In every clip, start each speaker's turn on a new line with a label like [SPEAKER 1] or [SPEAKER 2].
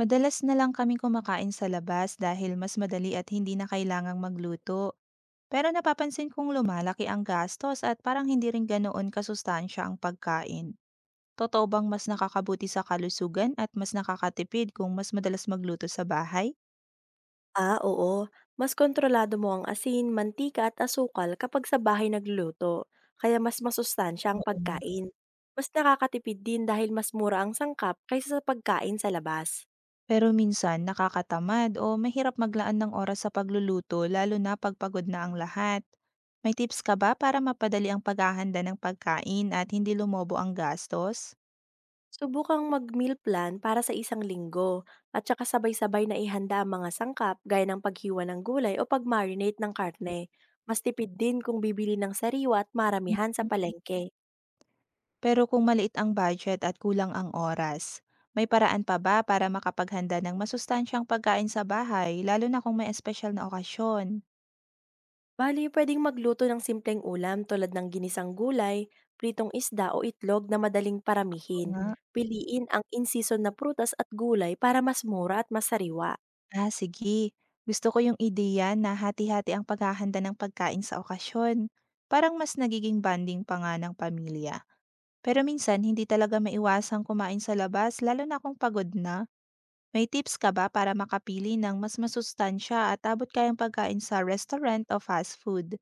[SPEAKER 1] Madalas na lang kaming kumakain sa labas dahil mas madali at hindi na kailangang magluto. Pero napapansin kong lumalaki ang gastos at parang hindi rin ganoon kasustansya ang pagkain. Totoo bang mas nakakabuti sa kalusugan at mas nakakatipid kung mas madalas magluto sa bahay?
[SPEAKER 2] Ah, oo. Mas kontrolado mo ang asin, mantika at asukal kapag sa bahay nagluluto, kaya mas masustansya ang
[SPEAKER 1] Oo nga.
[SPEAKER 2] pagkain. Mas nakakatipid din dahil mas mura ang sangkap kaysa sa pagkain sa labas.
[SPEAKER 1] Pero minsan nakakatamad o mahirap maglaan ng oras sa pagluluto lalo na pagpagod na ang lahat. May tips ka ba para mapadali ang paghahanda ng pagkain at hindi lumobo ang gastos?
[SPEAKER 2] Subukang mag-meal plan para sa isang linggo at saka sabay-sabay na ihanda ang mga sangkap gaya ng paghiwa ng gulay o pag-marinate ng
[SPEAKER 1] Sige.
[SPEAKER 2] karne. Mas tipid din kung bibili ng sariwa at maramihan sa
[SPEAKER 1] Mhm.
[SPEAKER 2] palengke.
[SPEAKER 1] Pero kung maliit ang budget at kulang ang oras, may paraan pa ba para makapaghanda ng masustansyang pagkain sa bahay, lalo na kung may espesyal na okasyon?
[SPEAKER 2] Bali, pwedeng magluto ng simpleng ulam tulad ng ginisang gulay, pritong isda o itlog na madaling
[SPEAKER 1] Oo
[SPEAKER 2] paramihin.
[SPEAKER 1] nga.
[SPEAKER 2] Piliin ang in-season na prutas at gulay para mas mura at masariwa.
[SPEAKER 1] Ah, sige. Gusto ko yung ideya na hati-hati ang paghahanda ng pagkain sa okasyon. Parang mas nagiging banding pa nga ng pamilya. Pero minsan, hindi talaga maiwasang kumain sa labas, lalo na kung pagod na. May tips ka ba para makapili ng mas masustansya at abot kayang pagkain sa restaurant o fast food?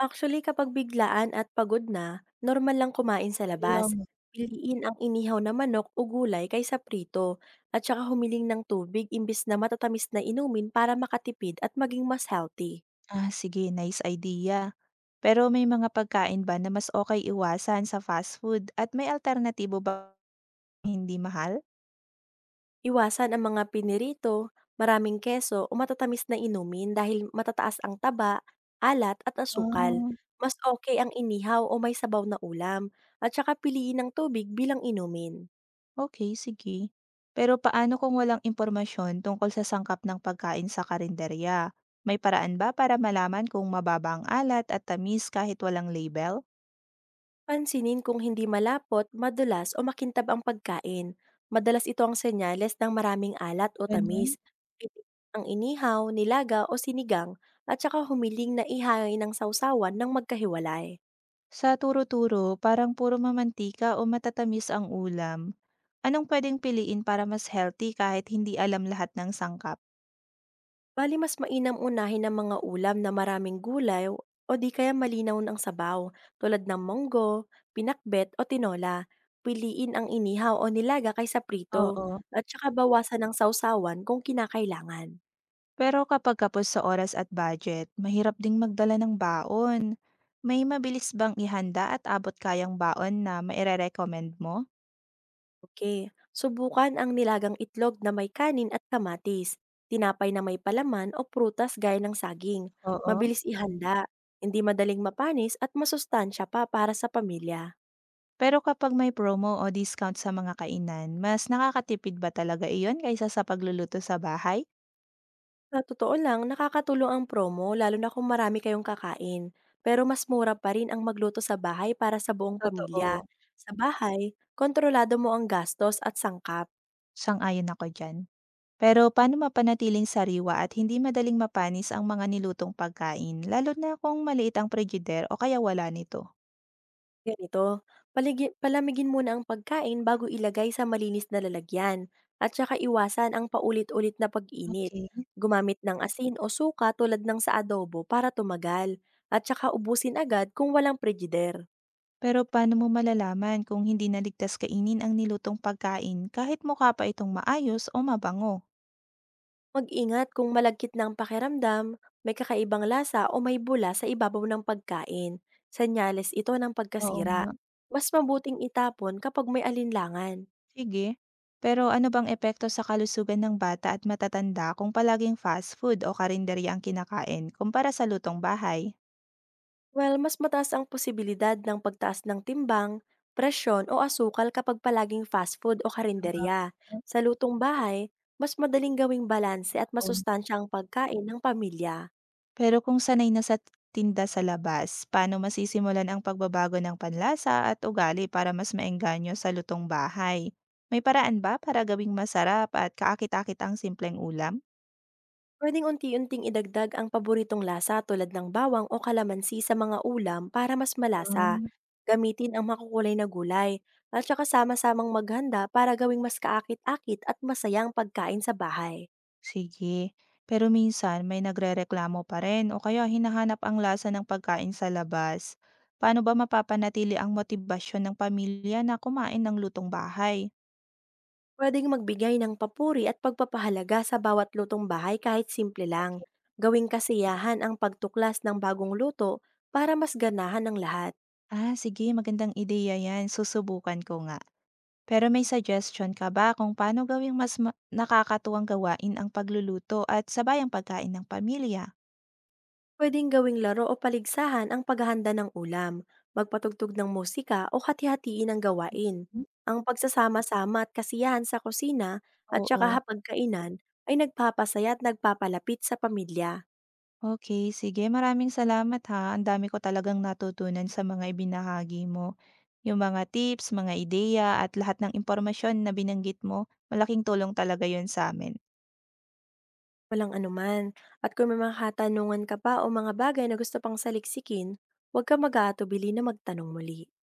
[SPEAKER 2] Actually, kapag biglaan at pagod na, normal lang kumain sa labas. Piliin ang inihaw na manok o gulay kaysa prito at saka humiling ng tubig imbis na matatamis na inumin para makatipid at maging mas healthy.
[SPEAKER 1] Ah, sige, nice idea. Pero may mga pagkain ba na mas okay iwasan sa fast food at may alternatibo ba hindi mahal?
[SPEAKER 2] Iwasan ang mga pinirito, maraming keso o matatamis na inumin dahil matataas ang taba, alat at asukal.
[SPEAKER 1] Ah,
[SPEAKER 2] Mas okay ang inihaw o may sabaw na ulam at saka piliin ang tubig bilang inumin.
[SPEAKER 1] okay, sige. Pero paano kung walang impormasyon tungkol sa sangkap ng pagkain sa karinderya? May paraan ba para malaman kung mababa ang alat at tamis kahit walang label?
[SPEAKER 2] Pansinin kung hindi malapot, madulas o makintab ang pagkain. Madalas ito ang senyales ng maraming alat o tamis.
[SPEAKER 1] Ganun?
[SPEAKER 2] Ang inihaw, nilaga o sinigang at saka humiling na ihain ng sausawan ng magkahiwalay.
[SPEAKER 1] Sa turo-turo, parang puro mamantika o matatamis ang ulam. Anong pwedeng piliin para mas healthy kahit hindi alam lahat ng sangkap?
[SPEAKER 2] Bali mas mainam unahin ang mga ulam na maraming gulay o o di kaya malinaw ng sabaw tulad ng monggo, pinakbet o tinola. Piliin ang inihaw o nilaga kaysa prito
[SPEAKER 1] Oo.
[SPEAKER 2] at saka bawasan ng sausawan kung kinakailangan.
[SPEAKER 1] Pero kapag kapos sa oras at budget, mahirap ding magdala ng baon. May mabilis bang ihanda at abot kayang baon na maire-recommend mo?
[SPEAKER 2] Okay, subukan ang nilagang itlog na may kanin at kamatis, tinapay na may palaman o prutas gaya ng saging.
[SPEAKER 1] Oo.
[SPEAKER 2] Mabilis ihanda, hindi madaling mapanis at masustansya pa para sa pamilya.
[SPEAKER 1] Pero kapag may promo o discount sa mga kainan, mas nakakatipid ba talaga iyon kaysa sa pagluluto sa bahay?
[SPEAKER 2] Sa totoo lang, nakakatulong ang promo lalo na kung marami kayong kakain. Pero mas mura pa rin ang magluto sa bahay para sa buong
[SPEAKER 1] Totoo.
[SPEAKER 2] pamilya. Sa bahay, kontrolado mo ang gastos at sangkap.
[SPEAKER 1] Sang-ayon ako dyan. Pero paano mapanatiling sariwa at hindi madaling mapanis ang mga nilutong pagkain, lalo na kung maliit ang frigidaire o kaya wala nito?
[SPEAKER 2] Ganito, palamigin muna ang pagkain bago ilagay sa malinis na lalagyan at saka iwasan ang paulit-ulit na pag-init.
[SPEAKER 1] Okay.
[SPEAKER 2] Gumamit ng asin o suka tulad ng sa adobo para tumagal at saka ubusin agad kung walang prejider.
[SPEAKER 1] Pero paano mo malalaman kung hindi naligtas kainin ang nilutong pagkain kahit mukha pa itong maayos o mabango?
[SPEAKER 2] Mag-ingat kung malagkit ng ang pakiramdam, may kakaibang lasa o may bula sa ibabaw ng pagkain. Senyales ito ng
[SPEAKER 1] Oo nga.
[SPEAKER 2] pagkasira. Mas mabuting itapon kapag may alinlangan.
[SPEAKER 1] Sige. Pero ano bang epekto sa kalusugan ng bata at matatanda kung palaging fast food o karinderya ang kinakain kumpara sa lutong bahay?
[SPEAKER 2] Well, mas mataas ang posibilidad ng pagtaas ng timbang, presyon o asukal kapag palaging fast food o
[SPEAKER 1] Sabagay
[SPEAKER 2] karinderya.
[SPEAKER 1] nga,
[SPEAKER 2] Sa lutong bahay, mas madaling gawing balanse at
[SPEAKER 1] oo.
[SPEAKER 2] masustansya ang pagkain ng pamilya.
[SPEAKER 1] Pero kung sanay na sa tinda sa labas, paano masisimulan ang pagbabago ng panlasa at ugali para mas maengganyo sa lutong bahay? May paraan ba para gawing masarap at kaakit-akit ang simpleng ulam?
[SPEAKER 2] Pwedeng unti-unting idagdag ang paboritong lasa tulad ng bawang o kalamansi sa mga ulam para mas malasa.
[SPEAKER 1] Hmm,
[SPEAKER 2] Gamitin ang makukulay na gulay at saka sama-samang maghanda para gawing mas kaakit-akit at masayang pagkain sa bahay.
[SPEAKER 1] sige. Pero minsan may nagrereklamo pa rin o kaya hinahanap ang lasa ng pagkain sa labas. Paano ba mapapanatili ang motibasyon ng pamilya na kumain ng lutong bahay?
[SPEAKER 2] Pwedeng magbigay ng papuri at pagpapahalaga sa bawat lutong bahay kahit simple lang.
[SPEAKER 1] Okay.
[SPEAKER 2] Gawing kasiyahan ang pagtuklas ng bagong luto para mas ganahan ng lahat.
[SPEAKER 1] Ah, sige, magandang ideya yan. Susubukan ko nga. Pero may suggestion ka ba kung paano gawing mas nakakatuwang gawain ang pagluluto at sabayang pagkain ng pamilya?
[SPEAKER 2] Pwedeng gawing laro o paligsahan ang paghahanda ng ulam, magpatugtog ng musika o hati-hatiin ang gawain.
[SPEAKER 1] Hmm,
[SPEAKER 2] Ang pagsasama-sama at kasiyahan sa kusina at saka
[SPEAKER 1] oo.
[SPEAKER 2] hapagkainan ay nagpapasaya at nagpapalapit sa pamilya.
[SPEAKER 1] Okay, sige, maraming salamat ha, ang dami ko talagang natutunan sa mga ibinahagi mo. Yung mga tips, mga ideya at lahat ng impormasyon na binanggit mo, malaking tulong talaga yun sa amin.
[SPEAKER 2] Walang anuman. At kung may mga katanungan ka pa o mga bagay na gusto pang saliksikin, huwag ka mag-aatubili na magtanong muli.